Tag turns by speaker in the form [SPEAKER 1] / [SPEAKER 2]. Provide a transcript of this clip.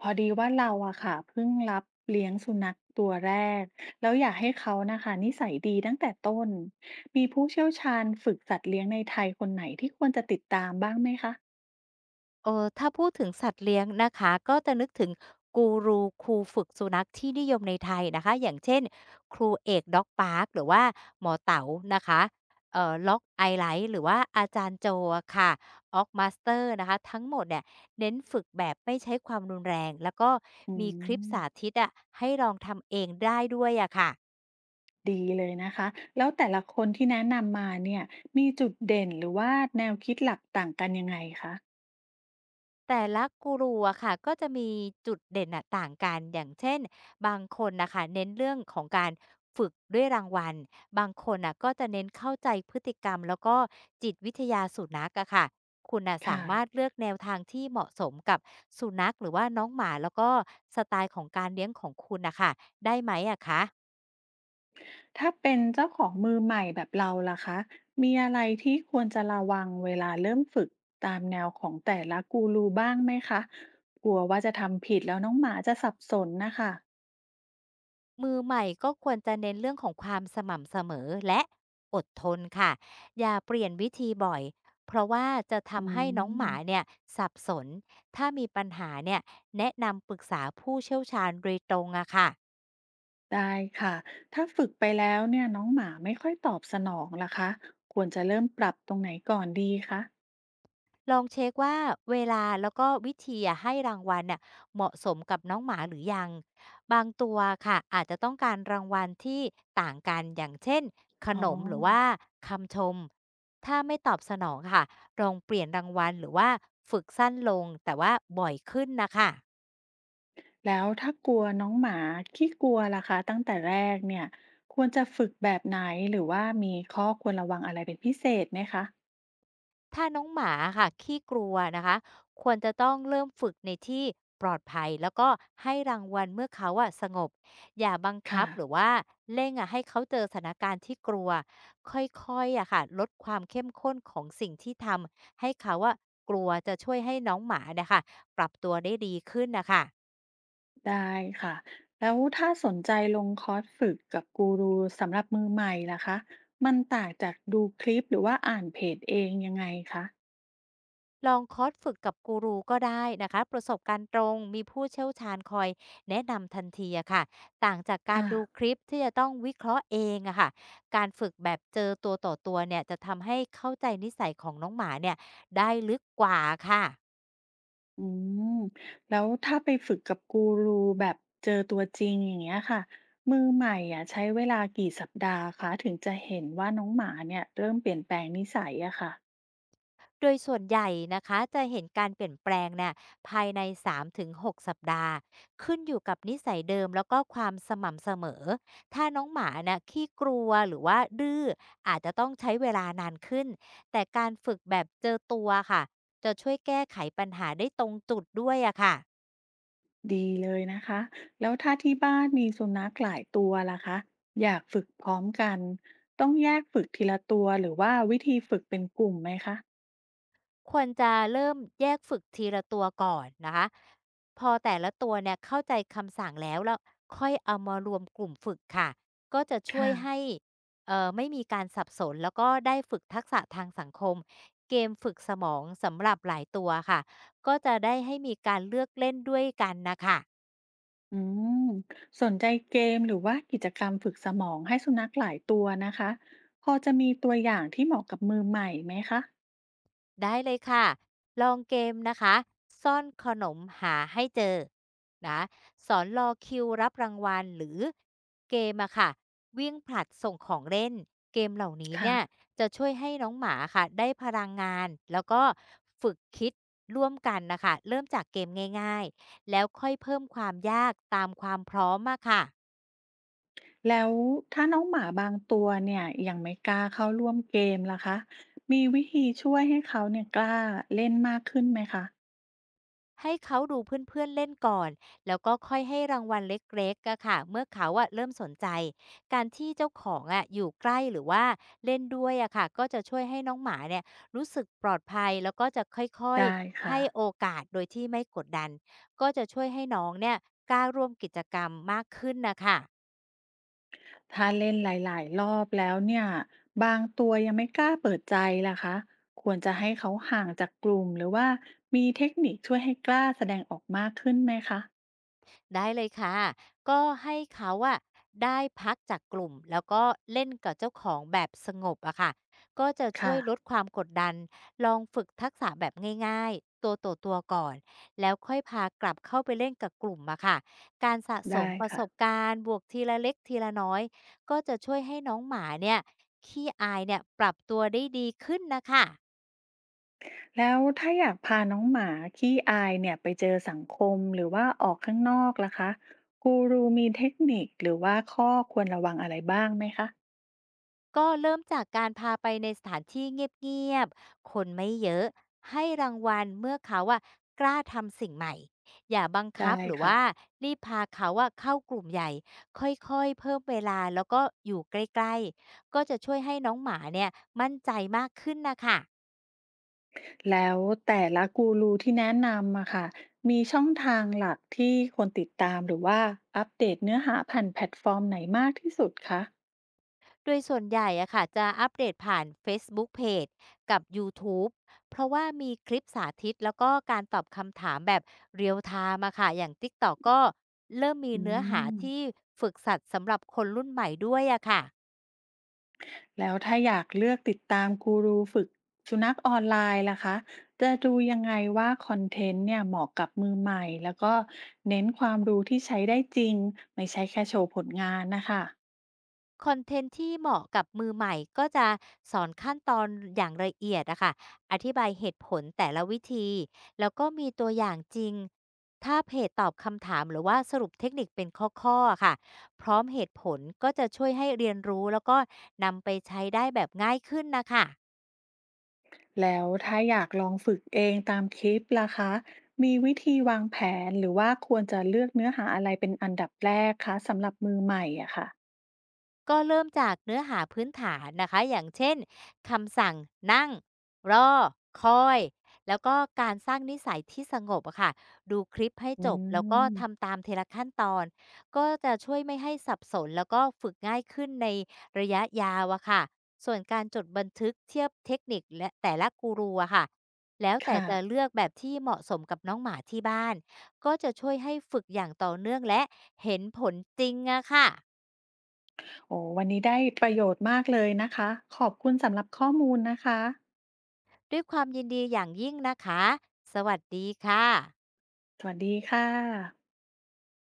[SPEAKER 1] พอดีว่าเราอะค่ะเพิ่งรับเลี้ยงสุนัขตัวแรกแล้วอยากให้เขานะคะนิสัยดีตั้งแต่ต้นมีผู้เชี่ยวชาญฝึกสัตว์เลี้ยงในไทยคนไหนที่ควรจะติดตามบ้างไหมคะ
[SPEAKER 2] ถ้าพูดถึงสัตว์เลี้ยงนะคะก็จะนึกถึงกูรูครูฝึกสุนัขที่นิยมในไทยนะคะอย่างเช่นครูเอกด็อกปาร์คหรือว่าหมอเต๋านะคะล็อกไอไลท์หรือว่าอาจารย์โจอะค่ะออกมาสเตอร์นะคะทั้งหมดเนี่ยเน้นฝึกแบบไม่ใช้ความรุนแรงแล้วก็
[SPEAKER 1] อื
[SPEAKER 2] มีคลิปสา
[SPEAKER 1] ม
[SPEAKER 2] ธิตอะให้ลองทำเองได้ด้วยอะค่ะ
[SPEAKER 1] ดีเลยนะคะแล้วแต่ละคนที่แนะนำมาเนี่ยมีจุดเด่นหรือว่าแนวคิดหลักต่างกันยังไงคะ
[SPEAKER 2] แต่ละกูรูอะค่ะก็จะมีจุดเด่นน่ะต่างกันอย่างเช่นบางคนน่ะค่ะเน้นเรื่องของการฝึกด้วยรางวัลบางคนน่ะก็จะเน้นเข้าใจพฤติกรรมแล้วก็จิตวิทยาสุนัขอะค่ะคุณน่ะสา
[SPEAKER 1] ค่ะ
[SPEAKER 2] มารถเลือกแนวทางที่เหมาะสมกับสุนัขหรือว่าน้องหมาแล้วก็สไตล์ของการเลี้ยงของคุณน่ะค่ะได้ไหมอะคะ
[SPEAKER 1] ถ้าเป็นเจ้าของมือใหม่แบบเราล่ะคะมีอะไรที่ควรจะระวังเวลาเริ่มฝึกตามแนวของแต่ละกูรูบ้างไหมคะกลัวว่าจะทำผิดแล้วน้องหมาจะสับสนนะคะ
[SPEAKER 2] มือใหม่ก็ควรจะเน้นเรื่องของความสม่ำเสมอและอดทนค่ะอย่าเปลี่ยนวิธีบ่อยเพราะว่าจะ
[SPEAKER 1] อื
[SPEAKER 2] ทำให้น้องหมา
[SPEAKER 1] ม
[SPEAKER 2] เนี่ยสับสนถ้ามีปัญหาเนี่ยแนะนำปรึกษาผู้เชี่ยวชาญโดยตรงอะค่ะ
[SPEAKER 1] ได้ค่ะถ้าฝึกไปแล้วเนี่ยน้องหมาไม่ค่อยตอบสนองล่ะคะควรจะเริ่มปรับตรงไหนก่อนดีคะ
[SPEAKER 2] ลองเช็คว่าเวลาแล้วก็วิธีอะให้รางวัลเนี่ยเหมาะสมกับน้องหมาหรือยังบางตัวค่ะอาจจะต้องการรางวัลที่ต่างกันอย่างเช่นข
[SPEAKER 1] อ๋อ
[SPEAKER 2] นมหรือว่าคำชมถ้าไม่ตอบสนองค่ะลองเปลี่ยนรางวัลหรือว่าฝึกสั้นลงแต่ว่าบ่อยขึ้นนะคะ
[SPEAKER 1] แล้วถ้ากลัวน้องหมาขี้กลัวล่ะคะตั้งแต่แรกเนี่ยควรจะฝึกแบบไหนหรือว่ามีข้อควรระวังอะไรเป็นพิเศษไหมคะ
[SPEAKER 2] ถ้าน้องหมาค่ะขี้กลัวนะคะควรจะต้องเริ่มฝึกในที่ปลอดภัยแล้วก็ให้รางวัลเมื่อเขาอะสงบอย่าบังคั
[SPEAKER 1] ค่ะ
[SPEAKER 2] บหรือว่าเร่งอะให้เขาเจอสถานการณ์ที่กลัวค่อยๆอะค่ะลดความเข้มข้นของสิ่งที่ทำให้เขาอะกลัวจะช่วยให้น้องหมาเนะคะปรับตัวได้ดีขึ้นนะคะ
[SPEAKER 1] ได้ค่ะแล้วถ้าสนใจลงคอร์สฝึกกับกูรูสำหรับมือใหม่ล่ะคะมันต่างจากดูคลิปหรือว่าอ่านเพจเองยังไงคะ
[SPEAKER 2] ลองคอร์สฝึกกับกูรูก็ได้นะคะประสบการณ์ตรงมีผู้เชี่ยวชาญคอยแนะนำทันทีอะค่ะต่างจากการ
[SPEAKER 1] ค่ะ
[SPEAKER 2] ดูคลิปที่จะต้องวิเคราะห์เองอะค่ะการฝึกแบบเจอตัวต่อตัวเนี่ยจะทำให้เข้าใจนิสัยของน้องหมาเนี่ยได้ลึกกว่าค่ะ
[SPEAKER 1] อืมแล้วถ้าไปฝึกกับกูรูแบบเจอตัวจริงอย่างเงี้ยค่ะมือใหม่อ่ะใช้เวลากี่สัปดาห์คะถึงจะเห็นว่าน้องหมาเนี่ยเริ่มเปลี่ยนแปลงนิสัยอะค่ะ
[SPEAKER 2] โดยส่วนใหญ่นะคะจะเห็นการเปลี่ยนแปลงเนี่ยภายใน3-6สัปดาห์ขึ้นอยู่กับนิสัยเดิมแล้วก็ความสม่ำเสมอถ้าน้องหมาน่ะขี้กลัวหรือว่าดื้ออาจจะต้องใช้เวลานานขึ้นแต่การฝึกแบบเจอตัวค่ะจะช่วยแก้ไขปัญหาได้ตรงจุดด้วยอะค่ะ
[SPEAKER 1] ดีเลยนะคะแล้วถ้าที่บ้านมีสุนัขหลายตัวล่ะคะ อยากฝึกพร้อมกัน ต้องแยกฝึกทีละตัวหรือว่าวิธีฝึกเป็นกลุ่มไหมคะ
[SPEAKER 2] ควรจะเริ่มแยกฝึกทีละตัวก่อนนะคะพอแต่ละตัวเนี่ยเข้าใจคำสั่งแล้วค่อยเอามารวมกลุ่มฝึกค่ะก็จะช่วย
[SPEAKER 1] ค่ะ
[SPEAKER 2] ให้ไม่มีการสับสนแล้วก็ได้ฝึกทักษะทางสังคมเกมฝึกสมองสำหรับหลายตัวค่ะก็จะได้ให้มีการเลือกเล่นด้วยกันนะคะ
[SPEAKER 1] อืมสนใจเกมหรือว่ากิจกรรมฝึกสมองให้สุนัขหลายตัวนะคะ พอจะมีตัวอย่างที่เหมาะกับมือใหม่ไหมคะ
[SPEAKER 2] ได้เลยค่ะ ลองเกมนะคะซ่อนขนมหาให้เจอนะสอนรอคิวรับรางวัลหรือเกมอะค่ะวิ่งผลัดส่งของเล่นเกมเหล่านี้
[SPEAKER 1] ค่ะ
[SPEAKER 2] เนี่ยจะช่วยให้น้องหมาค่ะได้พลังงานแล้วก็ฝึกคิดร่วมกันนะคะเริ่มจากเกมง่ายๆแล้วค่อยเพิ่มความยากตามความพร้อมอะค่ะ
[SPEAKER 1] แล้วถ้าน้องหมาบางตัวเนี่ยยังไม่กล้าเข้าร่วมเกมล่ะคะมีวิธีช่วยให้เขาเนี่ยกล้าเล่นมากขึ้นไหมคะ
[SPEAKER 2] ให้เขาดูเพื่อนๆเล่นก่อนแล้วก็ค่อยให้รางวัลเล็กๆอะค่ะเมื่อเขาอะเริ่มสนใจการที่เจ้าของอะอยู่ใกล้หรือว่าเล่นด้วยอะค่ะก็จะช่วยให้น้องหมาเนี่ยรู้สึกปลอดภัยแล้วก็จะค่อย
[SPEAKER 1] ได้
[SPEAKER 2] ๆ
[SPEAKER 1] ค่ะ
[SPEAKER 2] ให้โอกาสโดยที่ไม่กดดันก็จะช่วยให้น้องเนี่ยกล้าร่วมกิจกรรมมากขึ้นนะค่ะ
[SPEAKER 1] ถ้าเล่นหลายๆรอบแล้วเนี่ยบางตัวยังไม่กล้าเปิดใจล่ะคะควรจะให้เขาห่างจากกลุ่มหรือว่ามีเทคนิคช่วยให้กล้าแสดงออกมากขึ้นไหมคะ
[SPEAKER 2] ได้เลยค่ะก็ให้เขาอะได้พักจากกลุ่มแล้วก็เล่นกับเจ้าของแบบสงบอะค่ะก็จะช่ว
[SPEAKER 1] ค่ะ
[SPEAKER 2] ยลดความกดดันลองฝึกทักษะแบบง่ายๆตัวต่อตัวก่อนแล้วค่อยพากลับเข้าไปเล่นกับกลุ่มอะค่ะการสะส
[SPEAKER 1] ได้
[SPEAKER 2] มประส
[SPEAKER 1] ค่ะ
[SPEAKER 2] บการณ์บวกทีละเล็กทีละน้อยก็จะช่วยให้น้องหมาเนี่ยขี้อายเนี่ยปรับตัวได้ดีขึ้นนะคะ
[SPEAKER 1] แล้วถ้าอยากพาน้องหมาขี้อายเนี่ยไปเจอสังคมหรือว่าออกข้างนอกล่ะคะกูรูมีเทคนิคหรือว่าข้อควรระวังอะไรบ้างไหมคะ
[SPEAKER 2] ก็เริ่มจากการพาไปในสถานที่เงียบๆ คนไม่เยอะให้รางวัลเมื่อเขาอะกล้าทำสิ่งใหม่ อย่าบังคั
[SPEAKER 1] ได้
[SPEAKER 2] บหรือ
[SPEAKER 1] ค่ะ
[SPEAKER 2] ว่ารีบพาเขาอะเข้ากลุ่มใหญ่ ค่อยๆเพิ่มเวลาแล้วก็อยู่ใกล้ๆ ก็จะช่วยให้น้องหมาเนี่ยมั่นใจมากขึ้นนะคะ
[SPEAKER 1] แล้วแต่ละกูรูที่แนะนำอะค่ะมีช่องทางหลักที่คนติดตามหรือว่าอัปเดตเนื้อหาผ่านแพลตฟอร์มไหนมากที่สุดคะ
[SPEAKER 2] โดยส่วนใหญ่อะค่ะจะอัปเดตผ่าน Facebook Page กับ YouTube เพราะว่ามีคลิปสาธิตแล้วก็การตอบคำถามแบบเรียลไทม์อะค่ะอย่าง TikTok ก็เริ่มมี
[SPEAKER 1] อื
[SPEAKER 2] เนื้อหา
[SPEAKER 1] ม
[SPEAKER 2] ที่ฝึกสัตว์สำหรับคนรุ่นใหม่ด้วยอะค่ะ
[SPEAKER 1] แล้วถ้าอยากเลือกติดตามกูรูฝึกสุนัขออนไลน์ล่ะคะจะดูยังไงว่าคอนเทนต์เนี่ยเหมาะกับมือใหม่แล้วก็เน้นความรู้ที่ใช้ได้จริงไม่ใช่แค่โชว์ผลงานนะคะ
[SPEAKER 2] คอนเทนต์ที่เหมาะกับมือใหม่ก็จะสอนขั้นตอนอย่างละเอียดอะค่ะอธิบายเหตุผลแต่ละวิธี แล้วก็มีตัวอย่างจริงถ้าเพจตอบคำถามหรือว่าสรุปเทคนิคเป็นข้อๆอะค่ะพร้อมเหตุผลก็จะช่วยให้เรียนรู้แล้วก็นำไปใช้ได้แบบง่ายขึ้นนะคะ
[SPEAKER 1] แล้วถ้าอยากลองฝึกเองตามคลิปล่ะคะมีวิธีวางแผนหรือว่าควรจะเลือกเนื้อหาอะไรเป็นอันดับแรกคะสำหรับมือใหม่อะค่ะ
[SPEAKER 2] ก็เริ่มจากเนื้อหาพื้นฐานนะคะอย่างเช่นคำสั่งนั่งรอคอยแล้วก็การสร้างนิสัยที่สงบอะค่ะดูคลิปให้
[SPEAKER 1] อื
[SPEAKER 2] จบแล้วก็
[SPEAKER 1] ม
[SPEAKER 2] ทำตามทีละขั้นตอนก็จะช่วยไม่ให้สับสนแล้วก็ฝึกง่ายขึ้นในระยะยาวอะค่ะส่วนการจดบันทึกเทียบเทคนิคและแต่ละกูรูอะค่ะแล้วแต่
[SPEAKER 1] ค่ะ
[SPEAKER 2] จะเลือกแบบที่เหมาะสมกับน้องหมาที่บ้านก็จะช่วยให้ฝึกอย่างต่อเนื่องและเห็นผลจริงอะค่ะ
[SPEAKER 1] โอ้วันนี้ได้ประโยชน์มากเลยนะคะขอบคุณสำหรับข้อมูลนะคะ
[SPEAKER 2] ด้วยความยินดีอย่างยิ่งนะคะ สวัสดีค่ะ
[SPEAKER 1] สวัสดีค่ะ